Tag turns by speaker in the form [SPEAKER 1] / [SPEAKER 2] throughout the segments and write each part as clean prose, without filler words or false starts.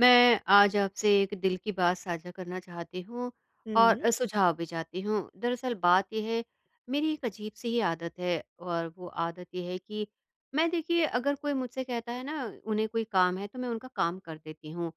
[SPEAKER 1] मैं आज आपसे एक दिल की बात साझा करना चाहती हूँ और
[SPEAKER 2] हुँ।
[SPEAKER 1] सुझाव भी चाहती हूँ। दरअसल बात ये है मेरी एक अजीब सी ही आदत है और वो आदत ये है कि मैं देखिए अगर कोई मुझसे कहता है ना उन्हें कोई काम है तो मैं उनका काम कर देती हूँ।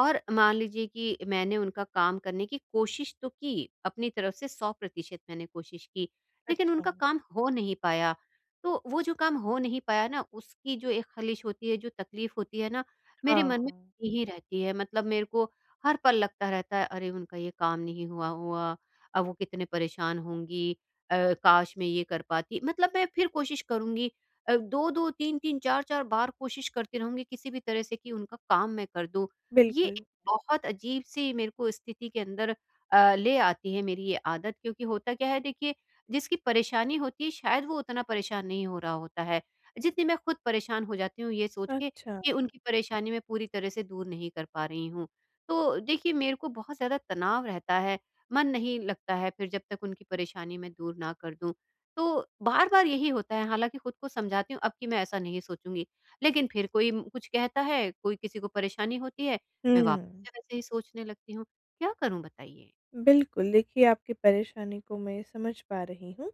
[SPEAKER 1] और मान लीजिए कि मैंने उनका काम करने की कोशिश तो की, अपनी तरफ से 100% मैंने कोशिश की, लेकिन
[SPEAKER 2] अच्छा,
[SPEAKER 1] उनका काम हो नहीं पाया। तो वो जो काम हो नहीं पाया ना उसकी जो एक खलिश होती है, जो तकलीफ़ होती है ना, मेरे मन में
[SPEAKER 2] हाँ,
[SPEAKER 1] ही रहती है मतलब मेरे को हर पल लगता रहता है अरे उनका ये काम नहीं हुआ हुआ अब वो कितने परेशान होंगी। अ, काश मैं ये कर पाती मतलब मैं फिर कोशिश करूंगी, दो दो तीन तीन चार चार बार कोशिश करती रहूंगी किसी भी तरह से कि उनका काम मैं कर दूं। ये
[SPEAKER 2] बिल्कुल,
[SPEAKER 1] एक बहुत अजीब सी मेरे को स्थिति के अंदर ले आती है मेरी ये आदत क्योंकि होता क्या है देखिए जिसकी परेशानी होती है शायद वो उतना परेशान नहीं हो रहा होता है जितनी मैं खुद परेशान हो जाती हूँ ये सोच के
[SPEAKER 2] अच्छा,
[SPEAKER 1] कि उनकी परेशानी मैं पूरी तरह से दूर नहीं कर पा रही हूँ। तो देखिए मेरे को बहुत ज़्यादा तनाव रहता है, मन नहीं लगता है फिर जब तक उनकी परेशानी मैं दूर ना कर दूँ। तो बार-बार यही होता है, हालाँकि खुद को समझाती हूँ अब कि मैं ऐसा नहीं सोचूँगी। लेकिन फिर कोई कुछ कहता है, कोई किसी को परेशानी होती है,
[SPEAKER 2] हुँ।
[SPEAKER 1] मैं वापस से वैसे ही सोचने लगती हूँ। क्या करूँ बताइए?
[SPEAKER 2] बिल्कुल, देखिए आपकी परेशानी को मैं समझ पा रही हूँ।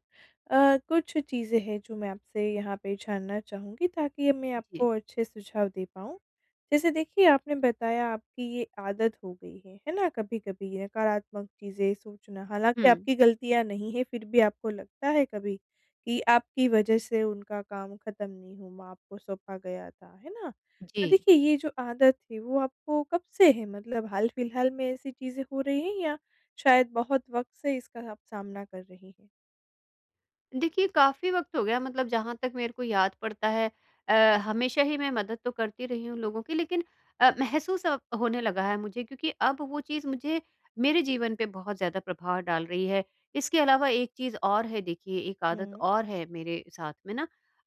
[SPEAKER 2] कुछ चीज़ें हैं जो मैं आपसे यहाँ पे जानना चाहूँगी ताकि ये मैं
[SPEAKER 1] जी।
[SPEAKER 2] आपको अच्छे सुझाव दे पाऊँ। जैसे देखिए आपने बताया आपकी ये आदत हो गई है ना? कभी-कभी नकारात्मक चीज़ें सोचना, हालाँकि
[SPEAKER 1] हुँ,
[SPEAKER 2] आपकी गलतियाँ नहीं है फिर भी आपको लगता है कभी कि आपकी वजह से उनका काम खत्म नहीं हुआ, आपको सौंपा गया था, है ना?
[SPEAKER 1] जी।
[SPEAKER 2] तो देखिए ये जो आदत है वो आपको कब से है? मतलब हाल-फिलहाल में ऐसी चीज़ें हो रही हैं या शायद बहुत वक़्त से इसका आप सामना कर रही हैं।
[SPEAKER 1] देखिए, काफ़ी वक़्त हो गया मतलब जहाँ तक मेरे को याद पड़ता है अ, हमेशा ही मैं मदद तो करती रही हूँ लोगों की, लेकिन महसूस अब होने लगा है मुझे क्योंकि अब वो चीज़ मुझे मेरे जीवन पे बहुत ज़्यादा प्रभाव डाल रही है। इसके अलावा एक चीज़ और है देखिए, एक आदत
[SPEAKER 2] हुँ।
[SPEAKER 1] और है मेरे साथ में ना,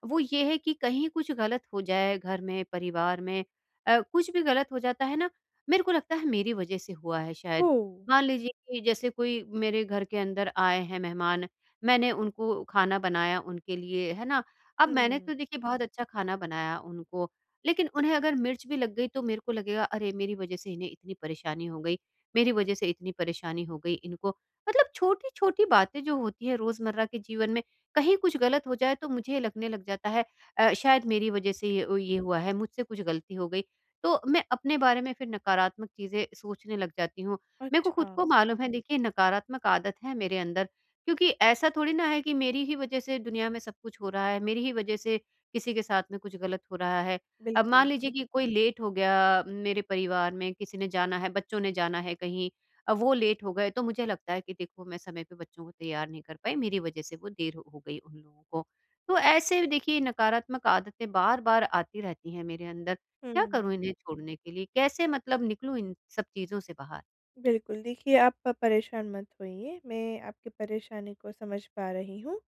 [SPEAKER 1] वो ये है कि कहीं कुछ गलत हो जाए घर में, परिवार में, कुछ भी गलत हो जाता है ना, मेरे को लगता है मेरी वज़ह से हुआ है शायद।
[SPEAKER 2] ओह!
[SPEAKER 1] मान लीजिए कि जैसे कोई मेरे घर के अंदर आए हैं मेहमान, मैंने उनको खाना बनाया उनके लिए, है ना? अब मैंने
[SPEAKER 2] हुँ।
[SPEAKER 1] तो देखिए बहुत अच्छा खाना बनाया उनको, लेकिन उन्हें अगर मिर्च भी लग गई तो मेरे को लगेगा अरे! मेरी वज़ह से इन्हें इतनी परेशानी हो गई, मेरी वज़ह से इतनी परेशानी हो गई इनको। मतलब छोटी-छोटी बातें जो होती हैं रोज़मर्रा के जीवन में, कहीं कुछ गलत हो जाए तो मुझे लगने लग जाता है शायद मेरी वज़ह से ये हुआ है, मुझसे कुछ गलती हो गई। तो मैं अपने बारे में फिर नकारात्मक चीज़ें सोचने लग जाती हूँ। मेरे को
[SPEAKER 2] अच्छा,
[SPEAKER 1] खुद को मालूम है देखिए नकारात्मक आदत है मेरे अंदर क्योंकि ऐसा थोड़ी ना है कि मेरी ही वज़ह से दुनिया में सब कुछ हो रहा है, मेरी ही वज़ह से किसी के साथ में कुछ गलत हो रहा है। अब
[SPEAKER 2] बिल्कुल।
[SPEAKER 1] मान लीजिए कि कोई लेट हो गया मेरे परिवार में, किसी ने जाना है, बच्चों ने जाना है कहीं, अब वो लेट हो गए, तो मुझे लगता है कि देखो मैं समय पे बच्चों को तैयार नहीं कर पाई, मेरी वज़ह से वो देर हो गई उन लोगों को। तो ऐसे देखिए नकारात्मक आदतें बार-बार आती रहती हैं मेरे अंदर। क्या करूँ
[SPEAKER 2] हुँ।
[SPEAKER 1] इन्हें छोड़ने के लिए? कैसे मतलब निकलूँ इन सब चीज़ों से बाहर?
[SPEAKER 2] बिल्कुल, देखिए आप परेशान मत होइए, मैं आपकी परेशानी को समझ पा रही हूँ।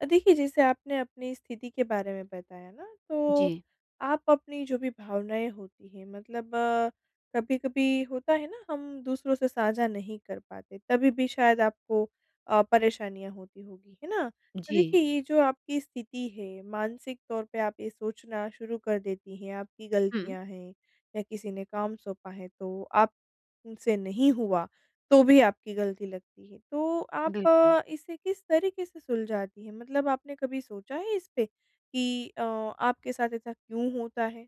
[SPEAKER 2] देखिए जैसे आपने अपनी स्थिति के बारे में बताया ना, तो
[SPEAKER 1] जी।
[SPEAKER 2] आप अपनी जो भी भावनाएँ होती हैं मतलब कभी-कभी होता है ना हम दूसरों से साझा नहीं कर पाते, तभी भी शायद आपको परेशानियाँ होती होगी, है ना? तो
[SPEAKER 1] जी।
[SPEAKER 2] देखिए ये जो आपकी स्थिति है, मानसिक तौर पे आप ये सोचना शुरू कर देती हैं, आपकी
[SPEAKER 1] हुँ,
[SPEAKER 2] गलतियाँ हैं या किसी ने काम सौंपा है तो आप उनसे नहीं हुआ, तो भी आपकी गलती लगती है। तो आप
[SPEAKER 1] बिल्कुल।
[SPEAKER 2] इसे किस तरीके से सुलझाती हैं? मतलब आपने कभी सोचा है इस पे कि आपके साथ ऐसा क्यों होता है?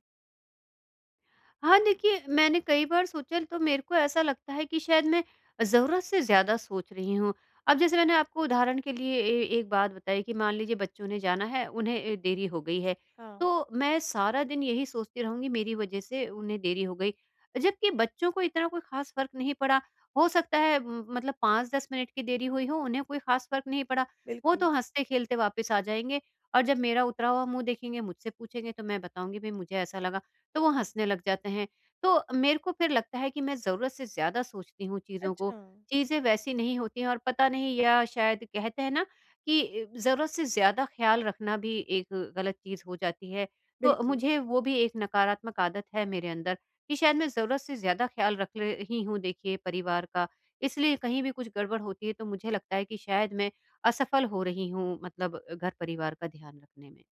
[SPEAKER 1] हाँ, देखिए मैंने कई बार सोचा तो मेरे को ऐसा लगता है कि शायद मैं ज़रूरत से ज़्यादा सोच रही हूँ। अब जैसे मैंने आपको उदाहरण के लिए ए एक बात बताई कि मान लीजिए बच्चों ने जाना है, उन्हें देरी हो गई है,
[SPEAKER 2] हाँ,
[SPEAKER 1] तो मैं सारा दिन यही सोचती रहूँगी मेरी वज़ह से उन्हें देरी हो गई। जबकि बच्चों को इतना कोई ख़ास फ़र्क नहीं पड़ा, हो सकता है म मतलब 5-10 मिनट की देरी हुई हो, उन्हें कोई ख़ास फ़र्क नहीं पड़ा, वो
[SPEAKER 2] बिल्कुल।
[SPEAKER 1] तो हँसते-खेलते वापस आ जाएँगे और जब मेरा उतरा हुआ मुँह देखेंगे, मुझसे पूछेंगे तो मैं बताऊँगी भई मुझे ऐसा लगा। तो वो हँसने लग जाते हैं। तो मेरे को फिर लगता है कि मैं ज़रूरत से ज़्यादा सोचती हूँ चीज़ों
[SPEAKER 2] अच्छा,
[SPEAKER 1] को, चीज़ें वैसी नहीं होती हैं, और पता नहीं या शायद कहते हैं ना कि ज़रूरत से ज़्यादा ख़्याल रखना भी एक गलत चीज़ हो जाती है। तो
[SPEAKER 2] बिल्कुल।
[SPEAKER 1] मुझे वो भी एक नकारात्मक आदत है मेरे अंदर कि शायद मैं ज़रूरत से ज़्यादा ख़्याल रख ले रही हूँ देखिए परिवार का। इसलिए कहीं भी कुछ गड़बड़ होती है तो मुझे लगता है कि शायद मैं असफल हो रही हूँ मतलब घर परिवार का ध्यान रखने में।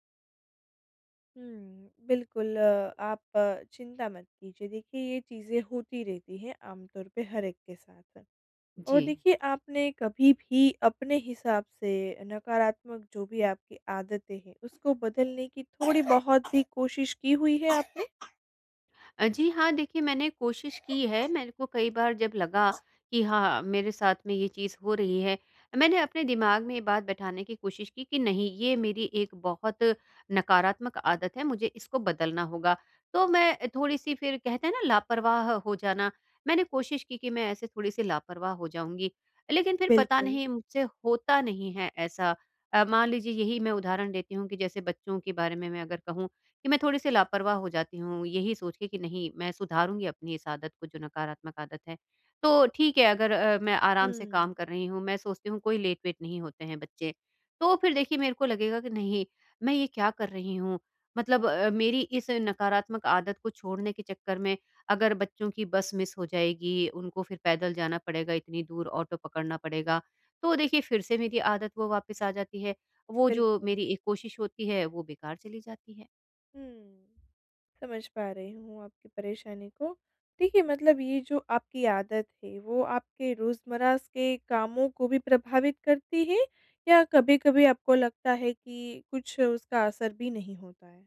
[SPEAKER 2] हुँ, बिल्कुल आप चिंता मत कीजिए। देखिए, ये चीज़ें होती रहती हैं आमतौर पे हर एक के साथ। और
[SPEAKER 1] जी।
[SPEAKER 2] देखिए आपने कभी भी अपने हिसाब से नकारात्मक जो भी आपकी आदतें हैं उसको बदलने की थोड़ी बहुत भी कोशिश की हुई है आपने?
[SPEAKER 1] जी हाँ, देखिए मैंने कोशिश की है, मेरे को कई बार जब लगा कि हाँ, मेरे साथ में ये चीज़ हो रही है, मैंने अपने दिमाग में ये बात बैठाने की कोशिश की कि नहीं, ये मेरी एक बहुत नकारात्मक आदत है, मुझे इसको बदलना होगा। तो मैं थोड़ी-सी फिर कहते हैं ना लापरवाह हो जाना, मैंने कोशिश की कि मैं ऐसे थोड़ी-सी लापरवाह हो जाऊँगी। लेकिन फिर पता
[SPEAKER 2] बिल्कुल।
[SPEAKER 1] नहीं मुझसे होता नहीं है ऐसा। मान लीजिए यही मैं उदाहरण देती हूँ कि जैसे बच्चों के बारे में मैं अगर कहूँ, कि मैं थोड़ी-सी लापरवाह हो जाती हूँ, यही सोच के कि नहीं मैं सुधारूँगी अपनी इस आदत को जो नकारात्मक आदत है। तो ठीक है, अगर मैं आराम से काम
[SPEAKER 2] हुँ,
[SPEAKER 1] कर रही हूँ, मैं सोचती हूँ कोई लेट-वेट नहीं होते हैं बच्चे, तो फिर देखिए मेरे को लगेगा कि नहीं, मैं ये क्या कर रही हूँ? मतलब मेरी इस नकारात्मक आदत को छोड़ने के चक्कर में अगर बच्चों की बस मिस हो जाएगी, उनको फिर पैदल जाना पड़ेगा इतनी दूर, ऑटो पकड़ना पड़ेगा, तो देखिए फिर से मेरी आदत वो वापस आ जाती है। वो जो
[SPEAKER 2] बिल्कुल।
[SPEAKER 1] मेरी एक कोशिश होती है, वो बेकार चली जाती है।
[SPEAKER 2] हुँ, समझ पा रही हूँ आपकी परेशानी को। देखिए मतलब ये जो आपकी आदत है वो आपके रोज़मर्रा के कामों को भी प्रभावित करती है या कभी-कभी आपको लगता है कि कुछ उसका असर भी नहीं होता है?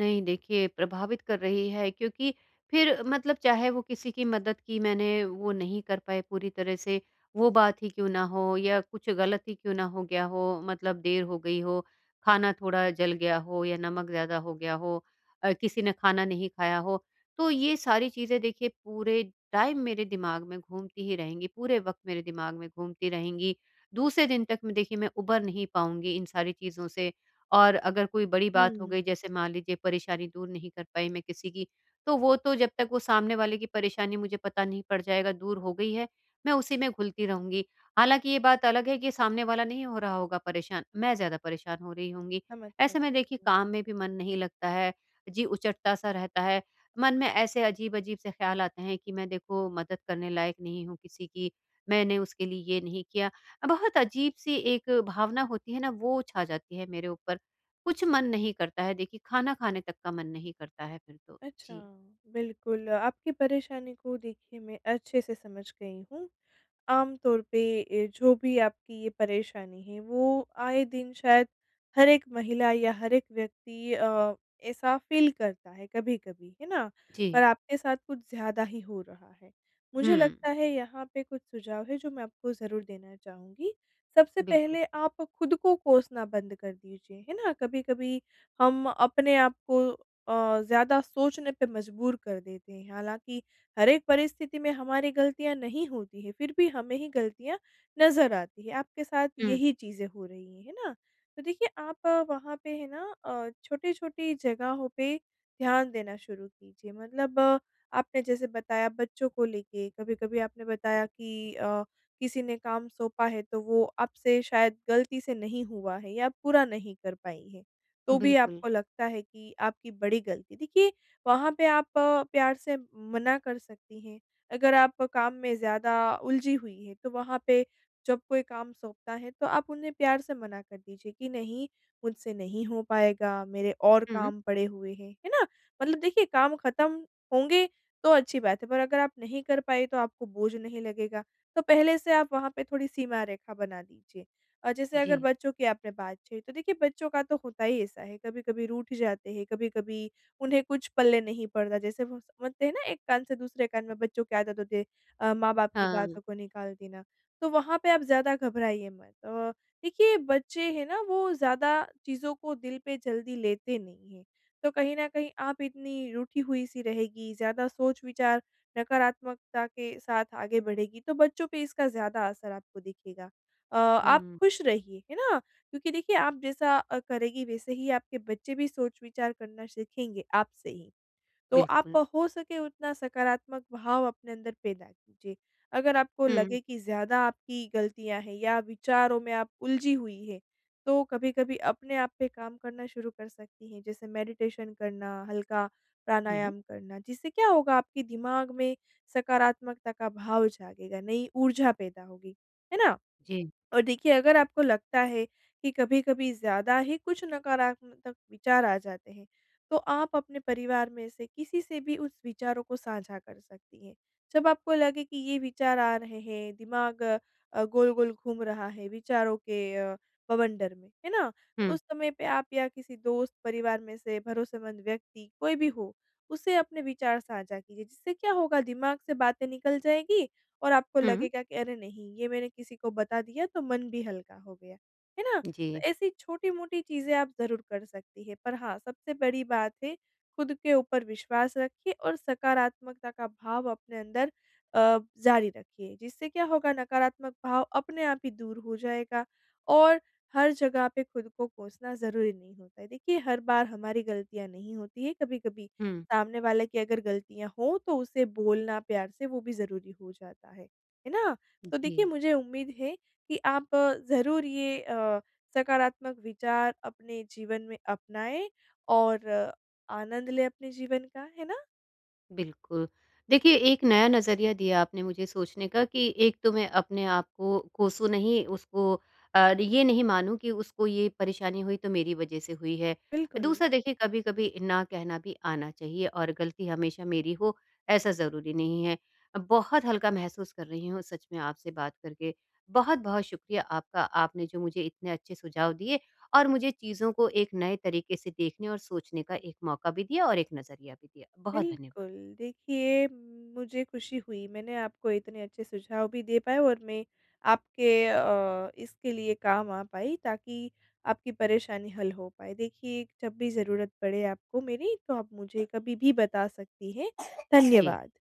[SPEAKER 1] नहीं देखिए प्रभावित कर रही है क्योंकि फिर मतलब चाहे वो किसी की मदद की मैंने वो नहीं कर पाए पूरी तरह से, वो बात ही क्यों ना हो या कुछ गलत ही क्यों ना हो गया हो, मतलब देर हो गई हो, खाना थोड़ा जल गया हो या नमक ज़्यादा हो गया हो, किसी ने खाना नहीं खाया हो, तो ये सारी चीज़ें देखिए पूरे टाइम मेरे दिमाग में घूमती ही रहेंगी, पूरे वक्त मेरे दिमाग में घूमती रहेंगी, दूसरे दिन तक मैं देखिए मैं उबर नहीं पाऊंगी इन सारी चीज़ों से। और अगर कोई बड़ी बात हो गई
[SPEAKER 2] हुँ,
[SPEAKER 1] जैसे मान लीजिए परेशानी दूर नहीं कर पाई मैं किसी की, तो वो तो जब तक वो सामने वाले की परेशानी मुझे पता नहीं पड़ जाएगा दूर हो गई है, मैं उसी में घुलती रहूँगी। हालाँकि ये बात अलग है कि सामने वाला नहीं हो रहा होगा परेशान, मैं ज़्यादा परेशान हो रही होंगी।
[SPEAKER 2] समझ
[SPEAKER 1] ऐसे में
[SPEAKER 2] सकती
[SPEAKER 1] देखिए
[SPEAKER 2] हूँ।
[SPEAKER 1] काम में भी मन नहीं लगता है, जी उचटता-सा रहता है। मन में ऐसे अजीब-अजीब से ख़्याल आते हैं कि मैं देखो मदद करने लायक नहीं हूँ किसी की, मैंने उसके लिए ये नहीं किया। बहुत अजीब-सी एक भावना होती है ना, वो छा जाती है मेरे ऊपर। कुछ मन नहीं करता है देखिए, खाना खाने तक का मन नहीं करता है फिर तो।
[SPEAKER 2] अच्छा,
[SPEAKER 1] जी,
[SPEAKER 2] बिल्कुल आपकी परेशानी को देखिए मैं अच्छे से समझ गई हूँ। आम तौर पे जो भी आपकी ये परेशानी है वो आए दिन शायद हर एक महिला या हर एक व्यक्ति ऐसा फील करता है कभी-कभी, है ना?
[SPEAKER 1] जी।
[SPEAKER 2] पर आपके साथ कुछ ज़्यादा ही हो रहा है।
[SPEAKER 1] हुँ,
[SPEAKER 2] मुझे लगता है यहाँ पे कुछ सुझाव है जो मैं आपको ज़रूर देना चाहूँगी। सबसे
[SPEAKER 1] बिल्कुल।
[SPEAKER 2] पहले आप खुद को कोसना बंद कर दीजिए, है ना? कभी-कभी हम अपने आप को ज़्यादा सोचने पे मजबूर कर देते हैं। हालाँकि हर एक परिस्थिति में हमारी गलतियाँ नहीं होती हैं, फिर भी हमें ही गलतियाँ नज़र आती हैं। आपके साथ
[SPEAKER 1] हुँ,
[SPEAKER 2] यही चीज़ें हो रही हैं, है ना? तो देखिए आप वहाँ पे है ना छोटी-छोटी जगहों पे ध्यान देना शुरू कीजिए। मतलब आपने जैसे बताया बच्चों को लेके, कभी-कभी आपने बताया कि किसी ने काम सौंपा है तो वो आपसे शायद गलती से नहीं हुआ है या पूरा नहीं कर पाई है, तो भी
[SPEAKER 1] बिल्कुल।
[SPEAKER 2] आपको लगता है कि आपकी बड़ी गलती। देखिए वहाँ पे आप प्यार से मना कर सकती हैं। अगर आप काम में ज़्यादा उलझी हुई हैं, तो वहाँ पे जब कोई काम सौंपता है, तो आप उन्हें प्यार से मना कर दीजिए कि नहीं, मुझसे नहीं हो पाएगा, मेरे और
[SPEAKER 1] हुँ,
[SPEAKER 2] काम पड़े हुए हैं। है ना? मतलब देखिए काम ख़त्म होंगे तो अच्छी बात है, पर अगर आप नहीं कर पाए तो आपको बोझ नहीं लगेगा। तो पहले से आप वहाँ पे थोड़ी सीमा रेखा बना दीजिए। जैसे अगर
[SPEAKER 1] जी।
[SPEAKER 2] बच्चों की आपने बात छेड़ी, तो देखिए बच्चों का तो होता ही ऐसा है, कभी-कभी रूठ जाते हैं, कभी-कभी उन्हें कुछ पल्ले नहीं पड़ता। जैसे वो बोलते हैं ना एक कान से दूसरे कान में बच्चों की आदत होती है माँ-बाप की
[SPEAKER 1] हाँ,
[SPEAKER 2] बातों को निकाल देना। तो वहाँ पे आप ज़्यादा घबराइए मत। देखिए बच्चे हैं ना वो ज़्यादा चीज़ों को दिल पे जल्दी लेते नहीं हैं। तो कहीं न कहीं आप इतनी रूठी हुई-सी रहेगी, ज़्यादा सोच-विचार नकारात्मकता के साथ आगे बढ़ेगी, तो बच्चों पे इसका ज़्यादा असर आपको दिखेगा। आप
[SPEAKER 1] हुँ,
[SPEAKER 2] खुश रहिए, है ना? क्योंकि देखिए आप जैसा करेंगी वैसे ही आपके बच्चे भी सोच विचार करना सीखेंगे आपसे ही। तो आप
[SPEAKER 1] बिल्कुल।
[SPEAKER 2] हो सके उतना सकारात्मक भाव अपने अंदर पैदा कीजिए। अगर आपको
[SPEAKER 1] हुँ,
[SPEAKER 2] लगे कि ज़्यादा आपकी गलतियाँ हैं या विचारों में आप उलझी हुई हैं, तो कभी-कभी अपने आप पे काम करना शुरू कर सकती हैं, जैसे मेडिटेशन करना, हल्का
[SPEAKER 1] हुँ,
[SPEAKER 2] प्राणायाम करना। जिससे क्या होगा आपके दिमाग में सकारात्मकता का भाव जागेगा, नई ऊर्जा पैदा होगी। है ना?
[SPEAKER 1] जी।
[SPEAKER 2] और देखिए अगर आपको लगता है कि कभी-कभी ज़्यादा ही कुछ नकारात्मक विचार आ जाते हैं, तो आप अपने परिवार में से किसी से भी उस विचारों को साझा कर सकती हैं। जब आपको लगे कि ये विचार आ रहे हैं, दिमाग गोल-गोल घूम रहा है विचारों के बवंडर में, है ना? तो
[SPEAKER 1] हुँ,
[SPEAKER 2] उस समय पे आप या किसी दोस्त, परिवार में से भरोसेमंद व्यक्ति कोई भी हो, उससे अपने विचार साझा कीजिए। जिससे क्या होगा दिमाग से बातें निकल जाएगी और आपको
[SPEAKER 1] हुँ,
[SPEAKER 2] लगेगा कि अरे नहीं, ये मैंने किसी को बता दिया तो मन भी हल्का हो गया। है ना?
[SPEAKER 1] जी।
[SPEAKER 2] तो ऐसी छोटी-मोटी चीज़ें आप ज़रूर कर सकती हैं। पर हाँ, सबसे बड़ी बात है खुद के ऊपर विश्वास रखिए और सकारात्मकता का भाव अपने अंदर अ, जारी रखिए। जिससे क्या होगा नकारात्मक भाव अपने आप ही दूर हो जाएगा और हर जगह पे खुद को कोसना ज़रूरी नहीं होता है। देखिए हर बार हमारी गलतियाँ नहीं होती हैं, कभी-कभी
[SPEAKER 1] हुँ,
[SPEAKER 2] सामने वाले की अगर गलतियाँ हों तो उसे बोलना प्यार से वो भी ज़रूरी हो जाता है ना? तो
[SPEAKER 1] जी।
[SPEAKER 2] देखिए मुझे उम्मीद है कि आप ज़रूर ये सकारात्मक विचार अपने जीवन में अपनाएँ और आनंद लें अपने जीवन का, है ना?
[SPEAKER 1] बिल्कुल। देखिए, एक नया नज़रिया दिया आपने मुझे सोचने का कि एक तो मैं अपने आप को कोसू नहीं, उसको ये नहीं मानूँ कि उसको ये परेशानी हुई तो मेरी वज़ह से हुई है।
[SPEAKER 2] बिल्कुल।
[SPEAKER 1] दूसरा देखिए कभी-कभी ना कहना भी आना चाहिए और गलती हमेशा मेरी हो, ऐसा ज़रूरी नहीं है। बहुत हल्का महसूस कर रही हूँ सच में आपसे बात करके। बहुत-बहुत शुक्रिया आपका, आपने जो मुझे इतने अच्छे सुझाव दिए और मुझे चीज़ों को एक नए तरीके से देखने और सोचने का एक मौका भी दिया और एक नज़रिया भी दिया। बहुत धन्यवाद।
[SPEAKER 2] बिल्कुल, देखिए मुझे खुशी हुई मैंने आपको इतने अच्छे सुझाव भी दे पाए और मैं आपके इसके लिए काम आ पाई ताकि आपकी परेशानी हल हो पाए। देखिए जब भी ज़रूरत पड़े आपको मेरी तो आप मुझे कभी भी बता सकती हैं।
[SPEAKER 1] जी।
[SPEAKER 2] धन्यवाद।